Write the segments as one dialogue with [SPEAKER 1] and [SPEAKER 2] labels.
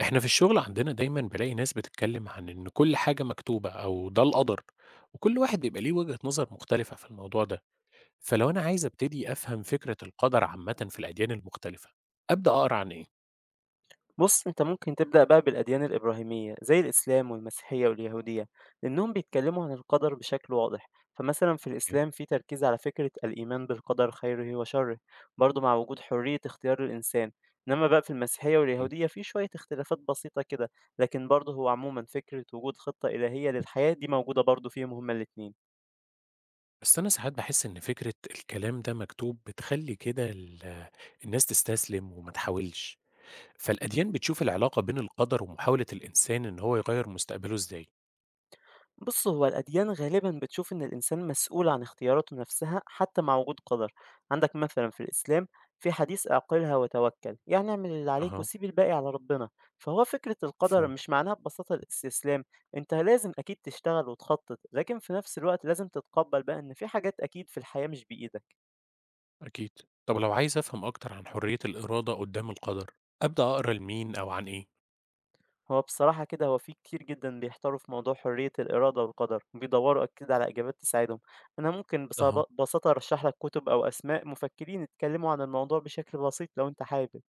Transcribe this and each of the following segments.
[SPEAKER 1] إحنا في الشغل عندنا دايما بلاقي ناس بتتكلم عن إن كل حاجة مكتوبة أو ده القدر، وكل واحد بيبقى ليه وجهة نظر مختلفة في الموضوع ده. فلو أنا عايز أبتدي أفهم فكرة القدر عامة في الأديان المختلفة، أبدأ أقرأ عن إيه؟
[SPEAKER 2] بُص، أنت ممكن تبدأ بقى بالأديان الإبراهيمية زي الإسلام والمسيحية واليهودية، لأنهم بيتكلموا عن القدر بشكل واضح، فمثلًا في الإسلام في تركيز على فكرة الإيمان بالقدر خيره وشره، برضه مع وجود حرية اختيار الإنسان، إنما بقى في المسيحية
[SPEAKER 1] مم.
[SPEAKER 2] واليهودية في شوية اختلافات بسيطة كده، لكن برضه هو عمومًا فكرة وجود خطة إلهية للحياة دي موجودة برضه فيهم هُم الاتنين.
[SPEAKER 1] بس أنا ساعات بحس إن فكرة الكلام ده مكتوب بتخلي كده الناس تستسلم وما تحاولش. فالأديان بتشوف العلاقة بين القدر ومحاولة الإنسان إن هو يغير مستقبله إزاي؟
[SPEAKER 2] بص هو الأديان غالبا بتشوف إن الإنسان مسؤول عن اختياراته نفسها حتى مع وجود قدر، عندك مثلا في الإسلام في حديث اعقلها وتوكل، يعني اعمل اللي عليك
[SPEAKER 1] أها.
[SPEAKER 2] وسيب الباقي على ربنا. فهو فكرة القدر
[SPEAKER 1] مفهوم.
[SPEAKER 2] مش معناها ببساطة الاستسلام، انت لازم أكيد تشتغل وتخطط لكن في نفس الوقت لازم تتقبل بقى إن في حاجات أكيد في الحياة مش بإيدك.
[SPEAKER 1] أكيد. طب لو عايز أفهم أكتر عن حرية الإرادة قدام القدر، أبدأ أقرأ لمين أو عن إيه؟
[SPEAKER 2] هو بصراحة كده في كتير جدًا بيحتاروا في موضوع حرية الإرادة والقدر، وبيدوروا أكيد على إجابات تساعدهم. أنا ممكن
[SPEAKER 1] أها،
[SPEAKER 2] بصب بساطة أرشّح لك كتب أو أسماء مفكرين اتكلموا عن الموضوع بشكل بسيط لو أنت حابب.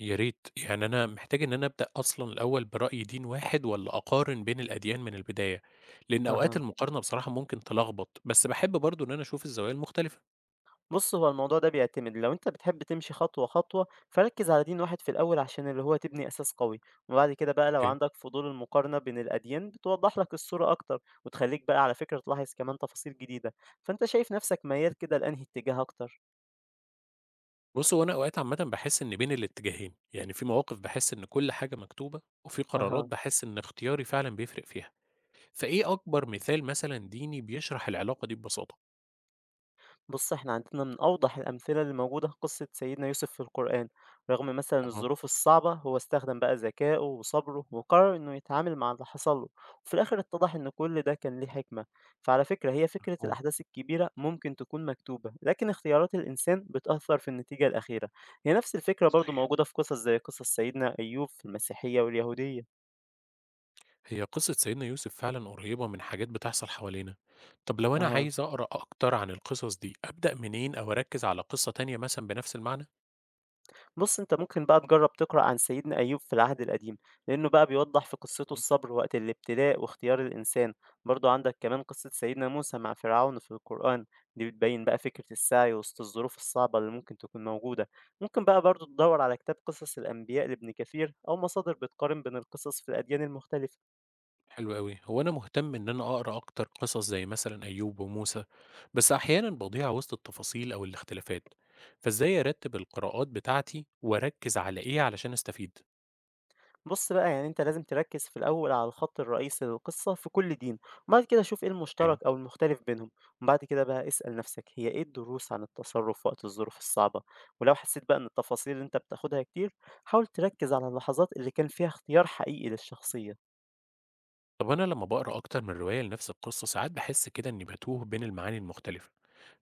[SPEAKER 1] يا ريت. يعني أنا محتاج إن أنا أبدأ أصلا الأول برأي دين واحد ولا أقارن بين الأديان من البداية؟ لأن أوقات
[SPEAKER 2] أها،
[SPEAKER 1] المقارنة بصراحة ممكن تلخبط، بس بحب برضو إن أنا أشوف الزوايا المختلفة.
[SPEAKER 2] بُص هو الموضوع ده بيعتمد، لو أنت بتحب تمشي خطوة خطوة، فركّز على دين واحد في الأول عشان اللي هو تبني أساس قوي، وبعد كده بقى لو
[SPEAKER 1] أوكي.
[SPEAKER 2] عندك فضول المقارنة بين الأديان بتوضح لك الصورة أكتر، وتخلّيك بقى على فكرة تلاحظ كمان تفاصيل جديدة. فأنت شايف نفسك ميّال كده لأنهي اتجاه أكتر؟
[SPEAKER 1] بص هو أنا أوقات عامة بحس إن بين الاتجاهين، يعني في مواقف بحس إن كل حاجة مكتوبة، وفي قرارات
[SPEAKER 2] أها.
[SPEAKER 1] بحس إن اختياري فعلا بيفرق فيها. فإيه أكبر مثال مثلا ديني بيشرح العلاقة دي ببساطة؟
[SPEAKER 2] بص احنا عندنا من أوضح الأمثلة اللي موجودة قصة سيدنا يوسف في القرآن، رغم مثلا
[SPEAKER 1] أها.
[SPEAKER 2] الظروف الصعبة هو استخدم بقى ذكائه وصبره وقرر إنه يتعامل مع اللي حصل له، وفي الآخر اتضح إن كل ده كان ليه حكمة. فعلى فكرة هي فكرة
[SPEAKER 1] مفهوم.
[SPEAKER 2] الأحداث الكبيرة ممكن تكون مكتوبة لكن اختيارات الإنسان بتأثر في النتيجة الأخيرة. هي نفس الفكرة برضو
[SPEAKER 1] صحيح.
[SPEAKER 2] موجودة في قصص زي قصص سيدنا أيوب في المسيحية واليهودية.
[SPEAKER 1] هي قصة سيدنا يوسف فعلا قريبة من حاجات بتحصل حوالينا. طب لو أنا
[SPEAKER 2] أها.
[SPEAKER 1] عايز أقرأ أكتر عن القصص دي أبدأ منين أو أركز على قصة تانية مثلا بنفس المعنى؟
[SPEAKER 2] بُص، أنت ممكن بقى تجرّب تقرأ عن سيدنا أيوب في العهد القديم، لإنه بقى بيوضّح في قصته
[SPEAKER 1] مم.
[SPEAKER 2] الصبر وقت الابتلاء واختيار الإنسان، برضه عندك كمان قصة سيدنا موسى مع فرعون في القرآن، دي بتبيّن بقى فكرة السعي وسط الظروف الصعبة اللي ممكن تكون موجودة. ممكن بقى برضه تدوّر على كتاب قصص الأنبياء لابن كثير أو مصادر بتقارن بين القصص في الأديان المختلفة.
[SPEAKER 1] حلو أوي. هو أنا مهتم إن أنا أقرأ أكتر قصص زي مثلًا أيوب وموسى، بس أحيانًا باضيع وسط التفاصيل أو الاختلافات، فإزاي أرتب القراءات بتاعتي وأركز على إيه علشان أستفيد؟
[SPEAKER 2] بُص بقى، يعني أنت لازم تركّز في الأول على الخط الرئيسي للقصة في كل دين، وبعد كده شوف إيه
[SPEAKER 1] أوكي.
[SPEAKER 2] المشترك أو المختلف بينهم، وبعد كده بقى اسأل نفسك هي إيه الدروس عن التصرف وقت الظروف الصعبة، ولو حسيت بقى إن التفاصيل اللي أنت بتاخدها كتير، حاول تركّز على اللحظات اللي كان فيها اختيار حقيقي للشخصية.
[SPEAKER 1] طب أنا لما باقرأ أكتر من رواية لنفس القصة ساعات باحس كده إني باتوه بين المعاني المختلفة،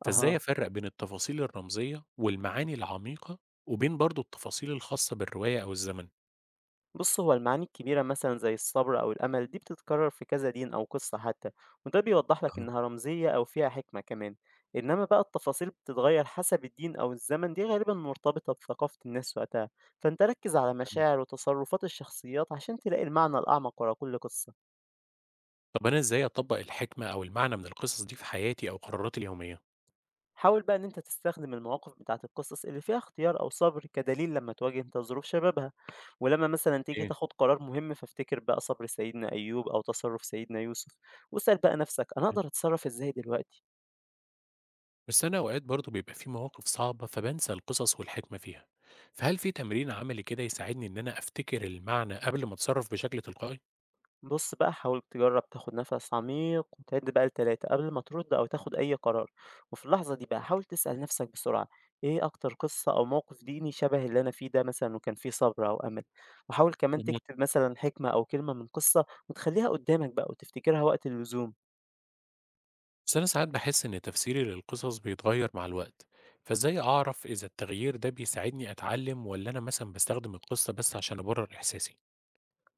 [SPEAKER 1] فإزاي
[SPEAKER 2] أها.
[SPEAKER 1] أفرق بين التفاصيل الرمزية والمعاني العميقة وبين برضه التفاصيل الخاصة بالرواية أو الزمن؟
[SPEAKER 2] بص هو المعاني الكبيرة مثلا زي الصبر أو الأمل دي بتتكرر في كذا دين أو قصة حتى، وده بيوضح لك
[SPEAKER 1] أها،
[SPEAKER 2] إنها رمزية أو فيها حكمة كمان. إنما بقى التفاصيل بتتغير حسب الدين أو الزمن دي غالبا مرتبطة بثقافة الناس وقتها، فأنت ركز على
[SPEAKER 1] فاهمك.
[SPEAKER 2] مشاعر وتصرفات الشخصيات عشان تلاقي المعنى الأعمق ورا كل قصة.
[SPEAKER 1] طب أنا إزاي أطبق الحكمة أو المعنى من القصص دي في حياتي أو قراراتي اليومية؟
[SPEAKER 2] حاول بقى إن أنت تستخدم المواقف بتاعة القصص اللي فيها اختيار أو صبر كدليل لما تواجه أنت ظروف شبابها، ولما مثلا تيجي
[SPEAKER 1] أوكي.
[SPEAKER 2] تاخد قرار مهم فافتكر بقى صبر سيدنا أيوب أو تصرف سيدنا يوسف، واسأل بقى نفسك أنا أقدر أتصرف إزاي دلوقتي.
[SPEAKER 1] بس أنا أوقات برضه بيبقى في مواقف صعبة فبنسى القصص والحكمة فيها، فهل في تمرين عملي كده يساعدني إن أنا أفتكر المعنى قبل ما أتصرف بشكل تلقائي؟
[SPEAKER 2] بُص بقى، حاول تجرّب تاخد نَفَس عميق وتعد بقى ل3 قبل ما ترد أو تاخد أي قرار، وفي اللحظة دي بقى حاول تسأل نَفْسك بسرعة إيه أكتر قصة أو موقف ديني شبه اللي أنا فيه ده مثلًا وكان فيه صبر أو أمل، وحاول كمان
[SPEAKER 1] مهم.
[SPEAKER 2] تكتب مثلًا حكمة أو كلمة من قصة وتخلّيها قدّامك بقى وتفتكرها وقت اللزوم.
[SPEAKER 1] بس أنا ساعات بحس إن تفسيري للقصص بيتغير مع الوقت، فإزاي أعرف إذا التغيير ده بيساعدني أتعلم ولا أنا مثلا بستخدم القصة بس عشان أبرر إحساسي؟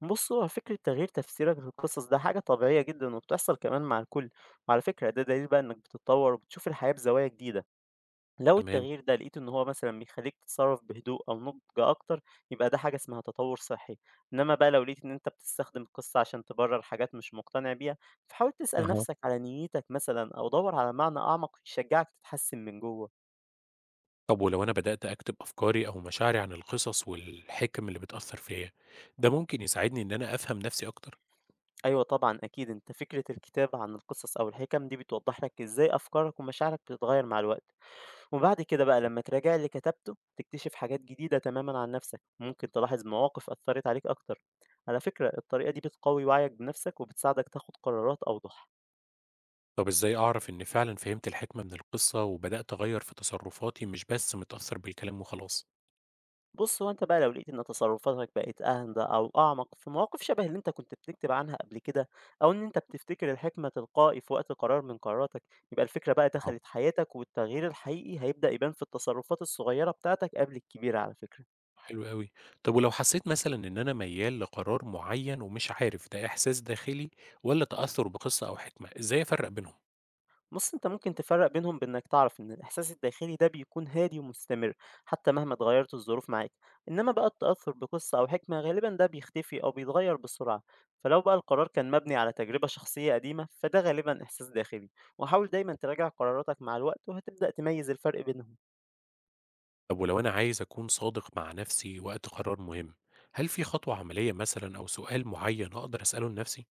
[SPEAKER 2] بُص، هو فكرة تغيير تفسيرك للقصص ده حاجة طبيعية جدًا وبتحصل كمان مع الكل، وعلى فكرة ده دليل بقى إنك بتتطور وبتشوف الحياة بزوايا جديدة. لو
[SPEAKER 1] تمام.
[SPEAKER 2] التغيير ده لقيت إن هو مثلًا بيخلّيك تتصرّف بهدوء أو نضج أكتر، يبقى ده حاجة اسمها تطوّر صحّي، إنما بقى لو لقيت إن أنت بتستخدم القصة عشان تبرّر حاجات مش مقتنع بيها، فحاول تسأل
[SPEAKER 1] أها.
[SPEAKER 2] نَفْسك على نيّتك مثلًا أو دَوّر على معنى أعمق يشجّعك تتحسّن من جوّه.
[SPEAKER 1] طب ولو أنا بدأت أكتب أفكاري أو مشاعري عن القصص والحكم اللي بتأثر فيا، ده ممكن يساعدني إن أنا أفهم نفسي أكتر؟
[SPEAKER 2] أيوه طبعًا أكيد، أنت فكرة الكتابة عن القصص أو الحِكَم دي بتوضّح لك إزاي أفكارك ومشاعرك بتتغيّر مع الوقت. وبعد كده بقى لما تراجع اللي كتبته تكتشف حاجات جديدة تماما عن نفسك، ممكن تلاحظ مواقف أثرت عليك أكتر. على فكرة الطريقة دي بتقوي وعيك بنفسك وبتساعدك تاخد قرارات أوضح.
[SPEAKER 1] طب إزاي أعرف إن فعلا فهمت الحكمة من القصة وبدأت أغير في تصرفاتي مش بس متأثر بالكلام وخلاص؟
[SPEAKER 2] بص هو أنت بقى لو لقيت إن تصرفاتك بقت أهدى أو أعمق في مواقف شبه اللي أنت كنت بتكتب عنها قبل كده، أو إن أنت بتفتكر الحكمة تلقائي في وقت قرار من قراراتك، يبقى الفكرة بقى
[SPEAKER 1] أها.
[SPEAKER 2] دخلت حياتك والتغيير الحقيقي هيبدأ يبان في التصرفات الصغيرة بتاعتك قبل الكبيرة على فكرة.
[SPEAKER 1] حلو قوي. طب ولو حسيت مثلا إن أنا ميال لقرار معين ومش عارف ده إحساس داخلي ولا تأثر بقصة أو حكمة، إزاي أفرق بينهم؟
[SPEAKER 2] بُص، أنت ممكن تفرّق بينهم بإنك تعرف إن الإحساس الداخلي ده بيكون هادي ومستمر حتى مهما اتغيّرت الظروف معاك، إنما بقى التأثّر بقصة أو حكمة غالبًا ده بيختفي أو بيتغيّر بسرعة، فلو بقى القرار كان مبني على تجربة شخصية قديمة فده غالبًا إحساس داخلي، وحاول دايمًا تراجع قراراتك مع الوقت وهتبدأ تميّز الفرق بينهم.
[SPEAKER 1] طب ولو أنا عايز أكون صادق مع نفسي وقت قرار مهم، هل في خطوة عملية مثلا أو سؤال معين أقدر أسأله لنفسي؟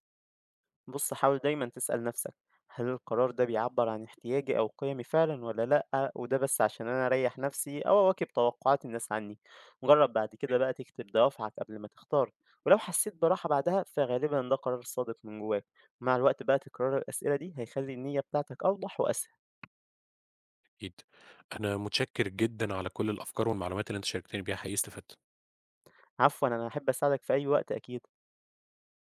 [SPEAKER 2] بص حاول دايما تسأل نفسك هل القرار ده بيعبر عن احتياجي أو قيمي فعلا ولا لأ، وده بس عشان أنا أريح نفسي أو أواكب توقعات الناس عني. جرب بعد كده بقى تكتب دوافعك قبل ما تختار، ولو حسيت براحة بعدها فغالبا ده قرار صادق من جواك. مع الوقت بقى تكرار الأسئلة دي هيخلي النية بتاعتك أوضح وأسهل.
[SPEAKER 1] أكيد. أنا متشكر جدا على كل الأفكار والمعلومات اللي أنت شاركتني بيها، حقيقي استفدت.
[SPEAKER 2] عفوا، أنا أحب أساعدك في أي وقت أكيد.